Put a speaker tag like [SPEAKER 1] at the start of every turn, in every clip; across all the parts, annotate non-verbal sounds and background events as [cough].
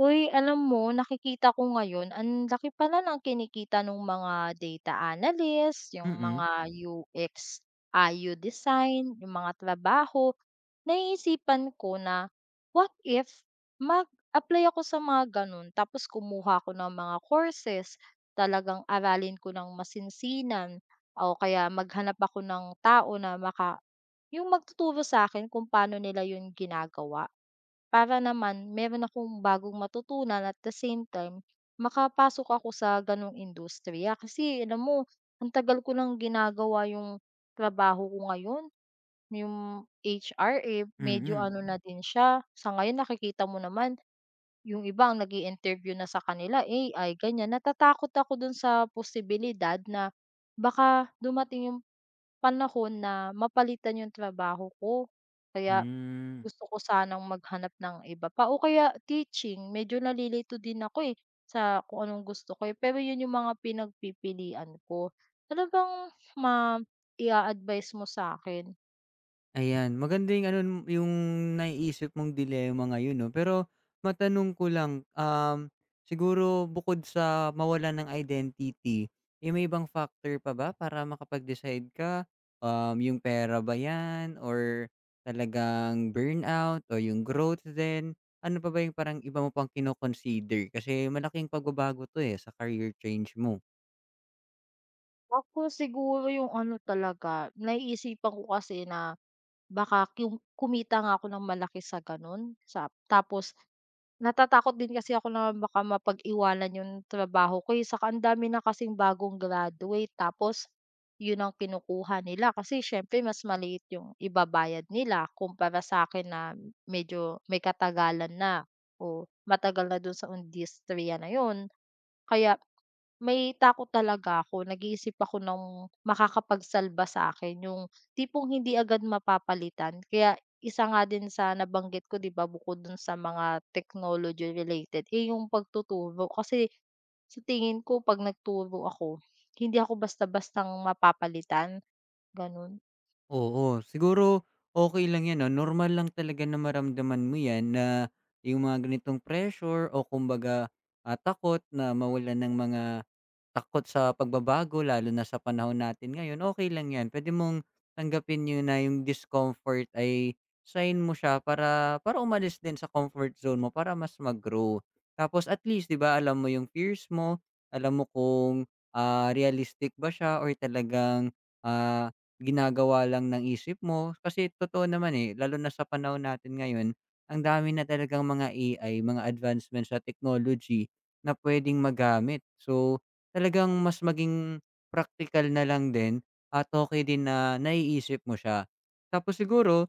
[SPEAKER 1] Uy, alam mo nakikita ko ngayon ang laki pala ng kinikita nung mga data analyst, yung
[SPEAKER 2] Mm,
[SPEAKER 1] mga UX, IU design, yung mga trabaho. Naiisipan ko na, what if mag-apply ako sa mga gano'n tapos kumuha ako ng mga courses, talagang aralin ko ng masinsinan o kaya maghanap ako ng tao na maka yung magtuturo sa akin kung paano nila yun ginagawa. Para naman meron akong bagong matutunan at the same time, makapasok ako sa gano'ng industriya. Kasi alam mo, ang tagal ko ng ginagawa yung trabaho ko ngayon, yung HR, eh, medyo
[SPEAKER 2] mm.
[SPEAKER 1] ano na din siya. Sa ngayon nakikita mo naman, yung iba ang nag interview na sa kanila, AI, ganyan. Natatakot ako dun sa posibilidad na baka dumating yung panahon na mapalitan yung trabaho ko. Kaya
[SPEAKER 2] Hmm,
[SPEAKER 1] gusto ko sanang maghanap ng iba pa o kaya teaching, medyo nalilito din ako, eh, sa kung anong gusto ko, eh, pero yun yung mga pinagpipilian ko. Ano bang mai-a-advice mo sa akin?
[SPEAKER 2] ayan maganda yung ano yung naiisip mong dilema ngayon 'no. Pero matanong ko lang, siguro bukod sa mawalan ng identity, eh, may ibang factor pa ba para makapag-decide ka? Yung pera ba 'yan or talagang burnout o yung growth din? Ano pa ba yung parang iba mo pang kino-consider? Kasi malaking pagbabago 'to, eh, sa career change mo.
[SPEAKER 1] Ako siguro yung ano talaga, naiisipan ko kasi na baka yung kumita nga ako ng malaki sa gano'n, sa tapos natatakot din kasi ako na baka mapag-iwanan yung trabaho ko, eh, saka ang dami na kasing bagong graduate tapos yun ang kinukuha nila kasi siyempre mas maliit yung ibabayad nila kumpara sa akin na medyo may katagalan na o matagal na dun sa industriya na yun. Kaya may takot talaga ako, nag-iisip ako ng makakapagsalba sa akin, yung tipong hindi agad mapapalitan. Kaya isa nga din sa nabanggit ko 'di ba bukod dun sa mga technology related, eh, yung pagtuturo. Kasi sa tingin ko 'pag nagturo ako, hindi ako basta-bastang mapapalitan, ganun.
[SPEAKER 2] Oo, siguro okay lang 'yan 'no, normal lang talaga na maramdaman mo 'yan na yung mga ganitong pressure o kumbaga, takot na mawala ng mga takot sa pagbabago lalo na sa panahon natin ngayon, okay lang 'yan. Puwede mong tanggapin yun na yung discomfort ay sign mo siya para para umalis din sa comfort zone mo para mas mag-grow. Tapos at least 'di ba, alam mo yung fears mo, alam mo kung, realistic ba siya or talagang, ah, ginagawa lang ng isip mo. Kasi totoo naman, eh, lalo na sa panahon natin ngayon, ang dami na talagang mga A i mga advancements sa technology na puwedeng magamit. So talagang mas maging practical na lang din at okay din na naiisip mo siya. Tapos siguro,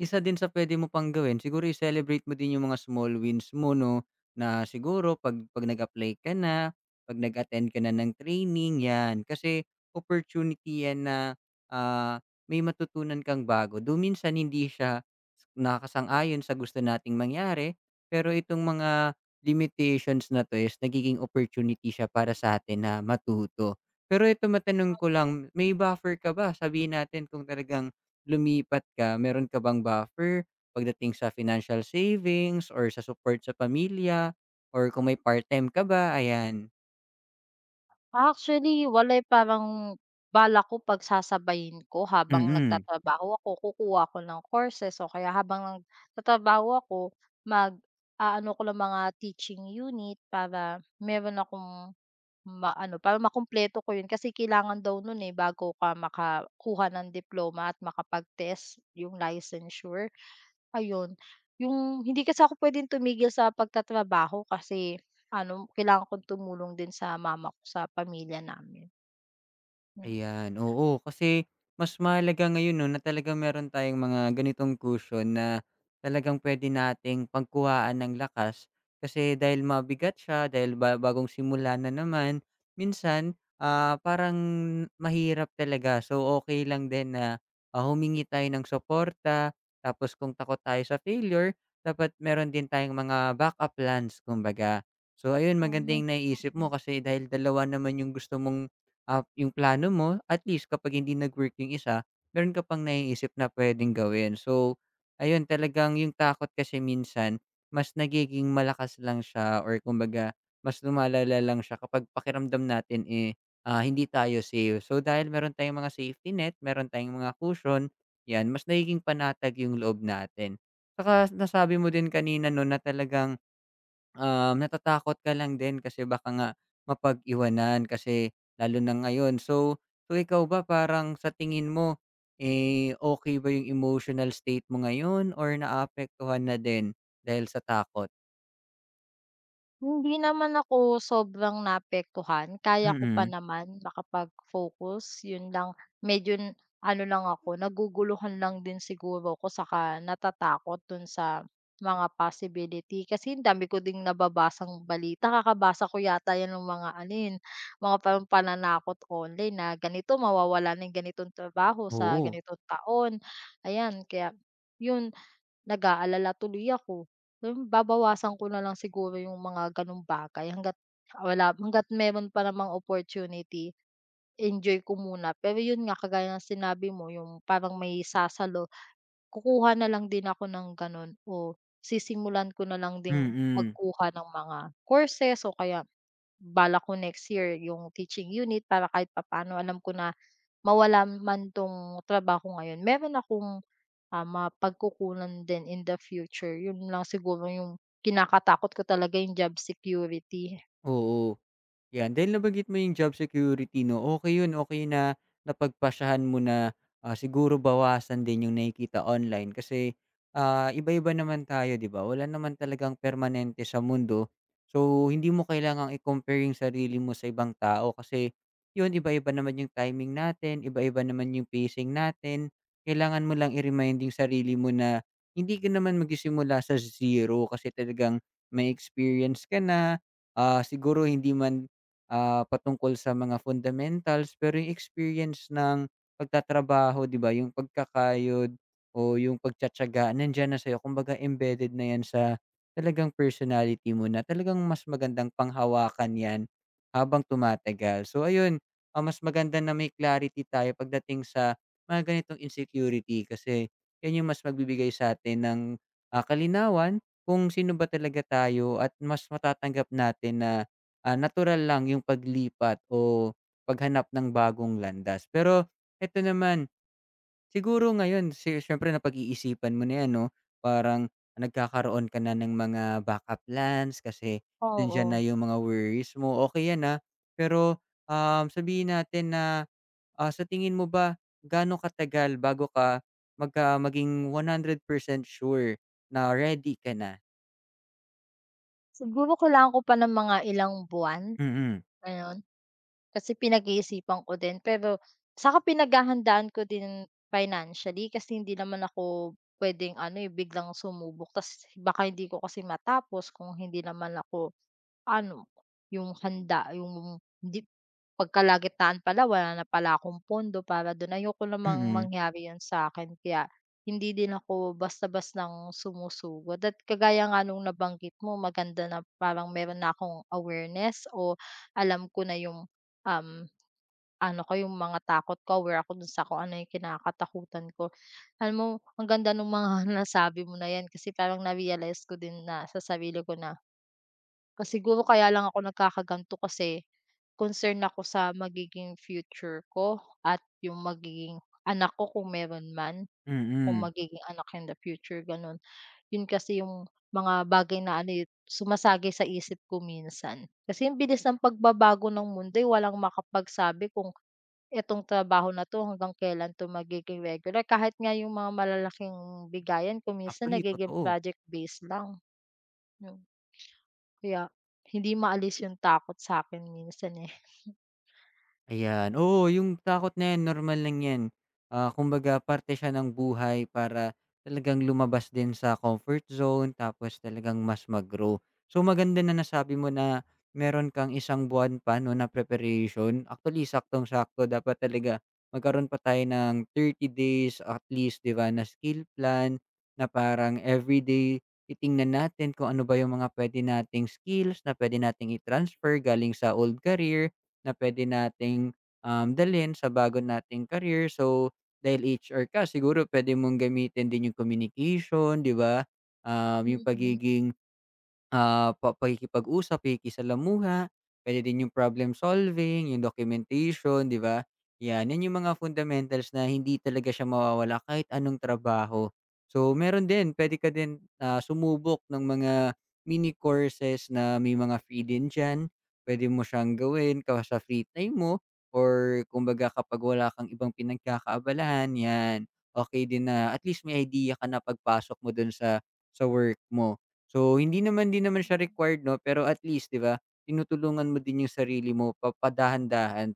[SPEAKER 2] isa din sa puwede mo pang gawin siguro i-celebrate mo din yung mga small wins mo 'no, na siguro 'pag nag-apply ka na, 'pag nag-attend ka na ng training, 'yan. Kasi opportunity 'yan na, ah, may matutunan kang bago. Though minsan hindi siya nakakasang-ayon sa gusto nating mangyari, pero itong mga limitations na 'to is nagiging opportunity siya para sa atin na matuto. Pero ito matanong ko lang, may buffer ka ba? Sabihin natin kung talagang lumipat ka, meron ka bang buffer pagdating sa financial savings or sa support sa pamilya or kung may part-time ka ba, ayan?
[SPEAKER 1] Actually, walay parang balak ko pagsasabayin ko habang
[SPEAKER 2] Mm.
[SPEAKER 1] nagtatrabaho ako, kukuha ako ng courses o kaya habang nagtatrabaho ako mag-aano ko ng mga teaching unit para meron akong maano, para makumpleto ko 'yun kasi kailangan daw nun, eh, bago ka makakuha ng diploma at makapag-test, yung licensure. Ayun, yung hindi kasi ako puwedeng tumigil sa pagtatrabaho kasi ano, kailangan kong tumulong din sa mama ko sa pamilya namin, hmm.
[SPEAKER 2] Ayan, oo. Kasi mas mahalaga ngayon 'no, na talagang meron tayong mga ganitong cushion na talagang pwede nating pagkuhaan ng lakas. Kasi dahil mabigat siya, dahil ba bagong simula na naman, minsan, parang mahirap talaga. So, okay lang din na, humingi tayo ng suporta. Tapos kung takot tayo sa failure, dapat meron din tayong mga backup plans kumbaga. So ayun,
[SPEAKER 1] Hmm.
[SPEAKER 2] magandang yung naiisip mo kasi dahil dalawa naman yung gusto mong yung plano mo, at least kapag hindi nag-work yung isa, meron ka pang naiisip na puwedeng gawin. So, ayun talagang yung takot kasi minsan mas nagiging malakas lang siya or kumbaga mas lumalala lang siya kapag pakiramdam natin, eh, hindi tayo safe. So, dahil meron tayong mga safety net, meron tayong mga cushion, 'yan mas nagiging panatag yung loob natin. Saka nasabi mo din kanina 'no na talagang natatakot ka lang din kasi baka nga mapag-iwanan kasi lalo na ngayon. So, ikaw ba parang sa tingin mo, eh, okay ba yung emotional state mo ngayon or naapektuhan na din dahil sa takot?
[SPEAKER 1] Hindi naman ako sobrang naapektuhan, kaya ko pa
[SPEAKER 2] Mm,
[SPEAKER 1] naman makapag-focus, 'yun lang medyo ano lang ako, naguguluhan lang din siguro ako saka natatakot dun sa mga possibility. Kasi ang dami ko ding nababasang balita, kakabasa ko yata 'yan ng mga mga parang pananakot online na ganito, mawawalan ng ganitong trabaho sa
[SPEAKER 2] oo.
[SPEAKER 1] ganitong taon, ayan. Kaya 'yun, nag-aalala tuloy ako. Hmm, babawasan ko na lang siguro yung mga gano'ng bagay hangga't hangga't meron pa namang opportunity, enjoy ko muna. Pero yun nga, kagaya ng sinabi mo, yung parang may sasalo, kukuha na lang din ako ng gano'n o sisimulan ko na lang ding
[SPEAKER 2] Mm,
[SPEAKER 1] magkuha ng mga courses o kaya balak ko next year yung teaching unit para kahit papaano alam ko na mawala man 'tong trabaho ko ngayon, meron akong mapagkukunan din in the future. Yun lang siguro yung kinakatakot ko talaga yung job security.
[SPEAKER 2] oo. 'Yan, dahil nabanggit mo yung job security 'no, okay yun, okay na napagpasahan mo na, siguro bawasan din yung nakikita online kasi, iba-iba naman tayo 'di ba, wala naman talagang permanente sa mundo. So, hindi mo kailangang i-compare yung sarili mo sa ibang tao kasi yun iba-iba naman yung timing natin, iba-iba naman yung pacing natin. Kailangan mo lang i-remind yung sarili mo na hindi ka naman magsisimula sa zero kasi talagang may experience ka na, siguro hindi man patungkol sa mga fundamentals, pero yung experience ng pagtatrabaho, 'di ba, yung pagkakayod o yung pagtitiyaga nandiyan na sa'yo. Kumbaga embedded na 'yan sa talagang personality mo na talagang mas magandang panghawakan 'yan habang tumatagal. So ayun, mas maganda na may clarity tayo pagdating sa mga ganitong insecurity kasi 'yan yung mas magbibigay sa sa'tin ng, kalinawan kung sino ba talaga tayo at mas matatanggap natin na natural lang yung paglipat o paghanap ng bagong landas. Pero eto naman, siguro ngayon siyempre napag-iisipan mo na 'yan 'no, parang nagkakaroon ka na ng mga backup plans kasi nandiyan na
[SPEAKER 1] Oo,
[SPEAKER 2] yung mga worries mo, okay 'yan, ah. Pero, sabihin natin na, sa tingin mo ba gaano katagal bago ka maging 100% sure na ready ka na?
[SPEAKER 1] siguro kailangan ko pa ng mga ilang buwan,
[SPEAKER 2] Mm,
[SPEAKER 1] gano'n. Kasi pinag-iisipan ko din pero saka pinaghahandaan ko din financially kasi hindi naman ako pwedeng ano, eh, biglang sumubok ta's baka hindi ko kasi matapos kung hindi naman ako ano, yung handa yung hindi pagkalagitnaan pala wala na pala akong pondo para dun, ayoko namang
[SPEAKER 2] mm,
[SPEAKER 1] mangyari yun sa'kin kaya hindi din ako basta-bastang sumusugod at kagaya nga nung nabanggit mo maganda na parang meron na akong awareness o alam ko na yung, um, ano ko yung mga takot ko, aware ako dun sa kung ano yung kinakatakutan ko. Alam mo ang ganda nung mga [laughs] nasabi mo na yan kasi parang na-realize ko din na sa sarili ko na kasi siguro kaya lang ako nagkakaganito kasi concern ako sa magiging future ko at yung magiging anak ko kung meron man, kung
[SPEAKER 2] mm.
[SPEAKER 1] magiging anak in the future, gano'n. Yun kasi yung mga bagay na ano, eh, sumasagi sa isip ko minsan. Kasi ang bilis ng pagbabago ng mundo, eh, walang makapagsabi kung etong trabaho na 'to hanggang kailan 'to magiging regular. Kahit nga yung mga malalaking bigayan kung minsan
[SPEAKER 2] Actually,
[SPEAKER 1] nagiging
[SPEAKER 2] totoo.
[SPEAKER 1] project based lang, yun. Kaya hindi maalis yung takot sa akin minsan, eh.
[SPEAKER 2] Ayan, oo yung takot na yan normal lang yan. Kumbaga parte siya ng buhay para talagang lumabas din sa comfort zone tapos talagang mas mag-grow. So maganda na nasabi mo na meron kang isang buwan pa 'no na preparation. Actually saktong-sakto dapat talaga magkaroon pa tayo ng 30 days at least 'di ba na skill plan na parang everyday titingnan natin kung ano ba yung mga puwede nating skills na puwede nating i-transfer galing sa old career na puwede nating, dalhin sa bago nating career. So, dahil HR ka siguro puwede mong gamitin din yung communication, 'di ba? Yung
[SPEAKER 1] Mm,
[SPEAKER 2] pagiging Ah, pa pakikipag-usap, pakikisalamuha, pwede din yung problem solving, yung documentation, 'di ba? 'Yan, 'yan yung mga fundamentals na hindi talaga siya mawawala kahit anong trabaho. So, meron din, pwede ka din, sumubok ng mga mini courses na may mga free din diyan. Puwede mo siyang gawin ka sa free time mo or kumbaga kapag wala kang ibang pinagkakaabalahan, 'yan. Okay din na at least may idea ka na pagpasok mo dun sa work mo. So, hindi naman din naman siya required 'no, pero at least 'di ba, tinutulungan mo din yung sarili mo pa dahan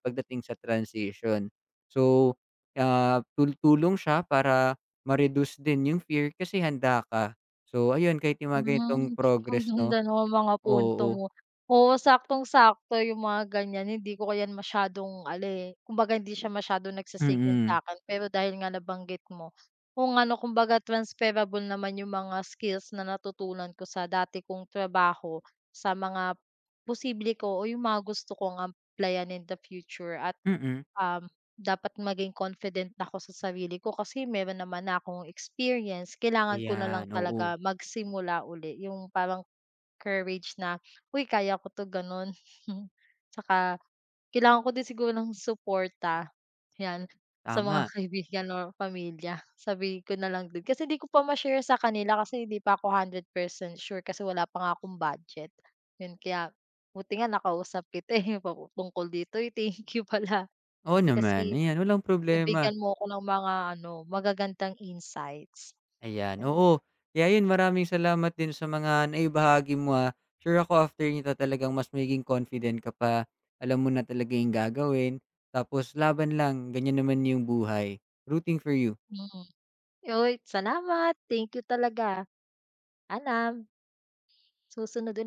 [SPEAKER 2] pagdating sa transition. So, tulong siya para ma-reduce din yung fear kasi handa ka. So ayun, kahit yung mga ganitong
[SPEAKER 1] hmm, ang
[SPEAKER 2] progress 'no,
[SPEAKER 1] ganda ng mga punto
[SPEAKER 2] oo,
[SPEAKER 1] mo. Oo, saktong-sakto yung mga ganyan, hindi ko yan masyadong ano, eh, kumbaga hindi siya masyadong nagsi-sink in
[SPEAKER 2] mm,
[SPEAKER 1] sa'kin pero dahil nga nabanggit mo, kung ano kumbaga transferable naman yung mga skills na natutunan ko sa dati kong trabaho, sa mga posible ko o yung mga gusto kong applyan in the future at
[SPEAKER 2] mm.
[SPEAKER 1] um, dapat maging confident ako sa sarili ko kasi meron naman na akong experience, kailangan ko na
[SPEAKER 2] Ayan,
[SPEAKER 1] lang
[SPEAKER 2] oo,
[SPEAKER 1] talaga magsimula uli, yung parang courage na, "Uy, kaya ko 'to", gano'n. Tsaka [laughs] kailangan ko din siguro ng suporta, 'yan, sa mga
[SPEAKER 2] tama.
[SPEAKER 1] [laughs] kaibigan or pamilya. Sabihin ko na lang din kasi hindi ko pa ma-share sa kanila kasi hindi pa ako 100% sure kasi wala pa nga akong budget. 'Yun kaya buti nga nakausap kita, eh, [laughs] papu tungkol dito, eh, thank you pala.
[SPEAKER 2] Oo naman,
[SPEAKER 1] Kasi
[SPEAKER 2] ayan walang problema.
[SPEAKER 1] nabigyan mo ako ng mga ano, magagandang insights.
[SPEAKER 2] Ayan,
[SPEAKER 1] Hmm,
[SPEAKER 2] oo. Kaya yun, maraming salamat din sa mga naibahagi mo, ah. Sure ako after nito talagang mas magiging confident ka pa. Alam mo na talaga yung gagawin. Tapos laban lang, ganyan naman yung buhay. Rooting for you.
[SPEAKER 1] mm. Uy, salamat, thank you talaga. Paalam, susunod ul